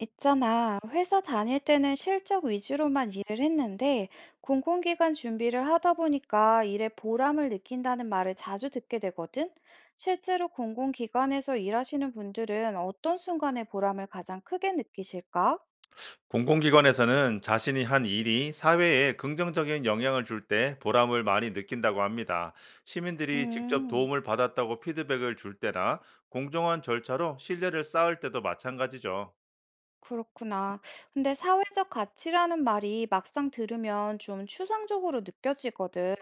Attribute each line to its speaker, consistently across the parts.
Speaker 1: 있잖아, 회사 다닐 때는 실적 위주로만 일을 했는데, 공공기관 준비를 하다 보니까 일에 보람을 느낀다는 말을 자주 듣게 되거든? 실제로 공공기관에서 일하시는 분들은 어떤 순간에 보람을 가장 크게 느끼실까?
Speaker 2: 공공기관에서는 자신이 한 일이 사회에 긍정적인 영향을 줄 때 보람을 많이 느낀다고 합니다. 시민들이 직접
Speaker 1: 음.
Speaker 2: 도움을 받았다고 피드백을 줄 때나 공정한 절차로 신뢰를 쌓을 때도 마찬가지죠.
Speaker 1: 그렇구나. 근데 사회적 가치라는 말이 막상 들으면 좀 추상적으로 느껴지거든.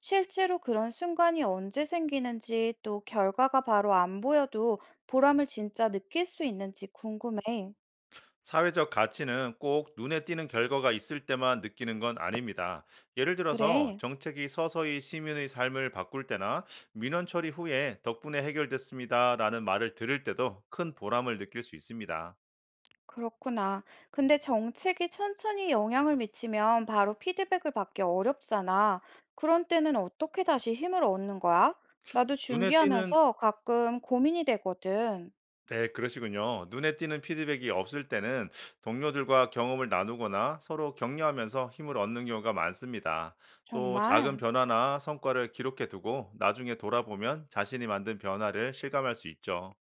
Speaker 1: 실제로 그런 순간이 언제 생기는지 또 결과가 바로 안 보여도 보람을 진짜 느낄 수 있는지 궁금해.
Speaker 2: 사회적 가치는 꼭 눈에 띄는 결과가 있을 때만 느끼는 건 아닙니다. 예를 들어서
Speaker 1: 그래,
Speaker 2: 정책이 서서히 시민의 삶을 바꿀 때나 민원 처리 후에 덕분에 해결됐습니다라는 말을 들을 때도 큰 보람을 느낄 수 있습니다.
Speaker 1: 그렇구나. 근데 정책이 천천히 영향을 미치면 바로 피드백을 받기 어렵잖아. 그런 때는 어떻게 다시 힘을 얻는 거야? 나도
Speaker 2: 눈에 띄는
Speaker 1: 준비하면서 가끔 고민이 되거든.
Speaker 2: 네, 그러시군요. 눈에 띄는 피드백이 없을 때는 동료들과 경험을 나누거나 서로 격려하면서 힘을 얻는 경우가 많습니다. 또 작은
Speaker 1: 정말.
Speaker 2: 변화나 성과를 기록해 두고 나중에 돌아보면 자신이 만든 변화를 실감할 수 있죠.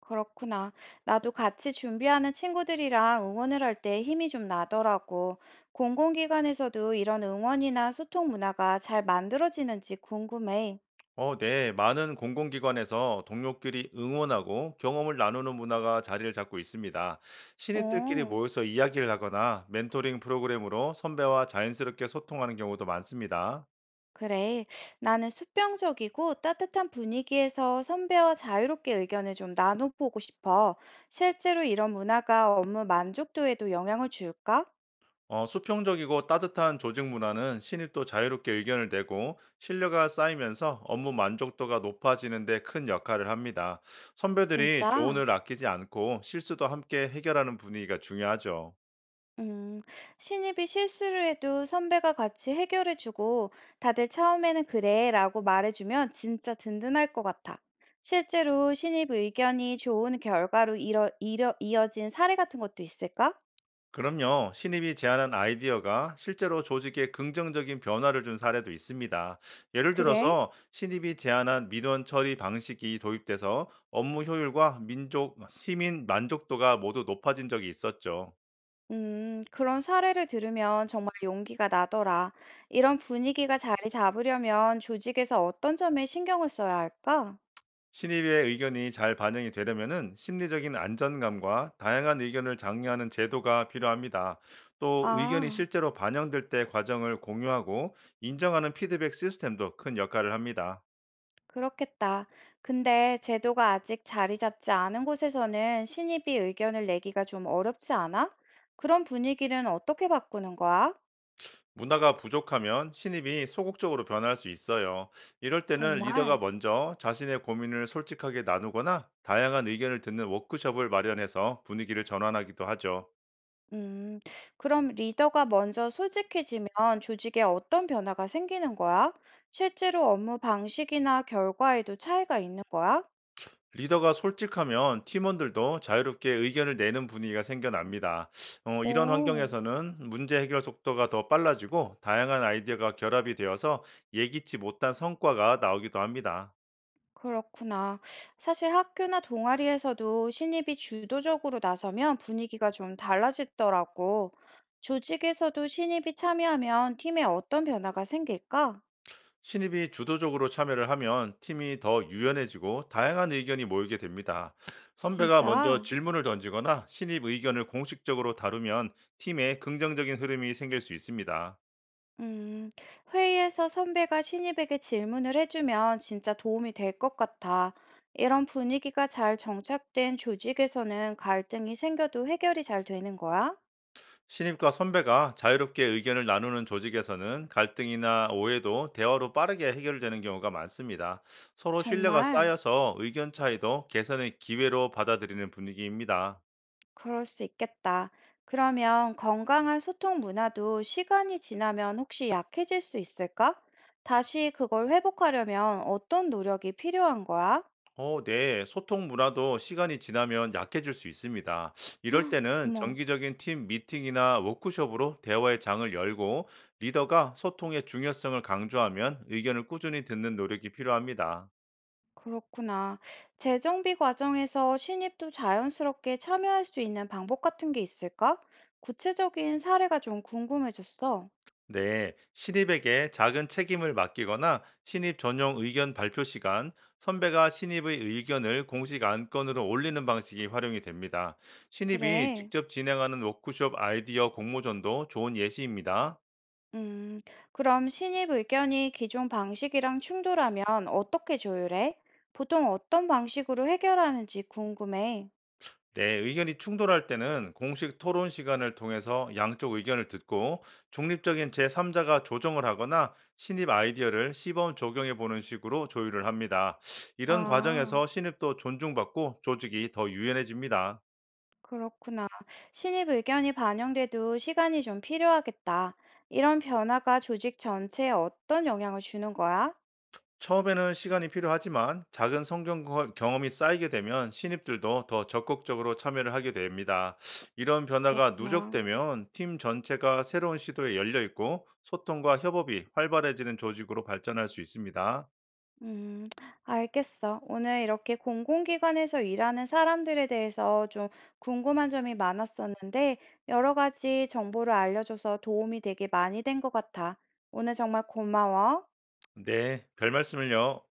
Speaker 1: 그렇구나. 나도 같이 준비하는 친구들이랑 응원을 할 때 힘이 좀 나더라고. 공공기관에서도 이런 응원이나 소통 문화가 잘 만들어지는지 궁금해.
Speaker 2: 네. 많은 공공기관에서 동료끼리 응원하고 경험을 나누는 문화가 자리를 잡고 있습니다. 신입들끼리
Speaker 1: 어,
Speaker 2: 모여서 이야기를 하거나 멘토링 프로그램으로 선배와 자연스럽게 소통하는 경우도 많습니다.
Speaker 1: 그래. 나는 수평적이고 따뜻한 분위기에서 선배와 자유롭게 의견을 좀 나눠보고 싶어. 실제로 이런 문화가 업무 만족도에도 영향을 줄까?
Speaker 2: 수평적이고 따뜻한 조직 문화는 신입도 자유롭게 의견을 내고 신뢰가 쌓이면서 업무 만족도가 높아지는 데 큰 역할을 합니다. 선배들이
Speaker 1: 진짜?
Speaker 2: 조언을 아끼지 않고 실수도 함께 해결하는 분위기가 중요하죠.
Speaker 1: 음, 신입이 실수를 해도 선배가 같이 해결해주고 다들 처음에는 그래 라고 말해주면 진짜 든든할 것 같아. 실제로 신입 의견이 좋은 결과로 이어진 사례 같은 것도 있을까?
Speaker 2: 그럼요, 신입이 제안한 아이디어가 실제로 조직에 긍정적인 변화를 준 사례도 있습니다. 예를
Speaker 1: 그래?
Speaker 2: 들어서 신입이 제안한 민원 처리 방식이 도입돼서 업무 효율과 민족, 시민 만족도가 모두 높아진 적이 있었죠.
Speaker 1: 그런 사례를 들으면 정말 용기가 나더라. 이런 분위기가 자리 잡으려면 조직에서 어떤 점에 신경을 써야 할까?
Speaker 2: 신입의 의견이 잘 반영이 되려면은 심리적인 안전감과 다양한 의견을 장려하는 제도가 필요합니다. 또 의견이
Speaker 1: 아.
Speaker 2: 실제로 반영될 때 과정을 공유하고 인정하는 피드백 시스템도 큰 역할을 합니다.
Speaker 1: 그렇겠다. 근데 제도가 아직 자리 잡지 않은 곳에서는 신입이 의견을 내기가 좀 어렵지 않아? 그런 분위기는 어떻게 바꾸는 거야?
Speaker 2: 문화가 부족하면 신입이 소극적으로 변할 수 있어요. 이럴 때는 리더가
Speaker 1: 정말?
Speaker 2: 먼저 자신의 고민을 솔직하게 나누거나 다양한 의견을 듣는 워크숍을 마련해서 분위기를 전환하기도 하죠.
Speaker 1: 음, 그럼 리더가 먼저 솔직해지면 조직에 어떤 변화가 생기는 거야? 실제로 업무 방식이나 결과에도 차이가 있는 거야?
Speaker 2: 리더가 솔직하면 팀원들도 자유롭게 의견을 내는 분위기가 생겨납니다. 이런
Speaker 1: 오.
Speaker 2: 환경에서는 문제 해결 속도가 더 빨라지고 다양한 아이디어가 결합이 되어서 예기치 못한 성과가 나오기도 합니다.
Speaker 1: 그렇구나. 사실 학교나 동아리에서도 신입이 주도적으로 나서면 분위기가 좀 달라지더라고. 조직에서도 신입이 참여하면 팀에 어떤 변화가 생길까?
Speaker 2: 신입이 주도적으로 참여를 하면 팀이 더 유연해지고 다양한 의견이 모이게 됩니다. 선배가 먼저
Speaker 1: 진짜?
Speaker 2: 질문을 던지거나 신입 의견을 공식적으로 다루면 팀에 긍정적인 흐름이 생길 수 있습니다.
Speaker 1: 음, 회의에서 선배가 신입에게 질문을 해주면 진짜 도움이 될 것 같아. 이런 분위기가 잘 정착된 조직에서는 갈등이 생겨도 해결이 잘 되는 거야?
Speaker 2: 신입과 선배가 자유롭게 의견을 나누는 조직에서는 갈등이나 오해도 대화로 빠르게 해결되는 경우가 많습니다. 서로 신뢰가
Speaker 1: 정말?
Speaker 2: 쌓여서 의견 차이도 개선의 기회로 받아들이는 분위기입니다.
Speaker 1: 그럴 수 있겠다. 그러면 건강한 소통 문화도 시간이 지나면 혹시 약해질 수 있을까? 다시 그걸 회복하려면 어떤 노력이 필요한 거야?
Speaker 2: 네. 소통 문화도 시간이 지나면 약해질 수 있습니다. 이럴
Speaker 1: 헉,
Speaker 2: 때는
Speaker 1: 어머,
Speaker 2: 정기적인 팀 미팅이나 워크숍으로 대화의 장을 열고 리더가 소통의 중요성을 강조하면 의견을 꾸준히 듣는 노력이 필요합니다.
Speaker 1: 그렇구나. 재정비 과정에서 신입도 자연스럽게 참여할 수 있는 방법 같은 게 있을까? 구체적인 사례가 좀 궁금해졌어.
Speaker 2: 네, 신입에게 작은 책임을 맡기거나 신입 전용 의견 발표 시간, 선배가 신입의 의견을 공식 안건으로 올리는 방식이 활용이 됩니다. 신입이
Speaker 1: 그래.
Speaker 2: 직접 진행하는 워크숍 아이디어 공모전도 좋은 예시입니다.
Speaker 1: 음, 그럼 신입 의견이 기존 방식이랑 충돌하면 어떻게 조율해? 보통 어떤 방식으로 해결하는지 궁금해.
Speaker 2: 네, 의견이 충돌할 때는 공식 토론 시간을 통해서 양쪽 의견을 듣고 중립적인 제3자가 조정을 하거나 신입 아이디어를 시범 적용해 보는 식으로 조율을 합니다. 이런
Speaker 1: 아,
Speaker 2: 과정에서 신입도 존중받고 조직이 더 유연해집니다.
Speaker 1: 그렇구나. 신입 의견이 반영돼도 시간이 좀 필요하겠다. 이런 변화가 조직 전체에 어떤 영향을 주는 거야?
Speaker 2: 처음에는 시간이 필요하지만 작은 경험이 쌓이게 되면 신입들도 더 적극적으로 참여를 하게 됩니다. 이런 변화가
Speaker 1: 그렇구나.
Speaker 2: 누적되면 팀 전체가 새로운 시도에 열려 있고 소통과 협업이 활발해지는 조직으로 발전할 수 있습니다.
Speaker 1: 음, 알겠어. 오늘 이렇게 공공기관에서 일하는 사람들에 대해서 좀 궁금한 점이 많았었는데, 여러 가지 정보를 알려줘서 도움이 되게 많이 된 것 같아. 오늘 정말 고마워.
Speaker 2: 네, 별 말씀을요.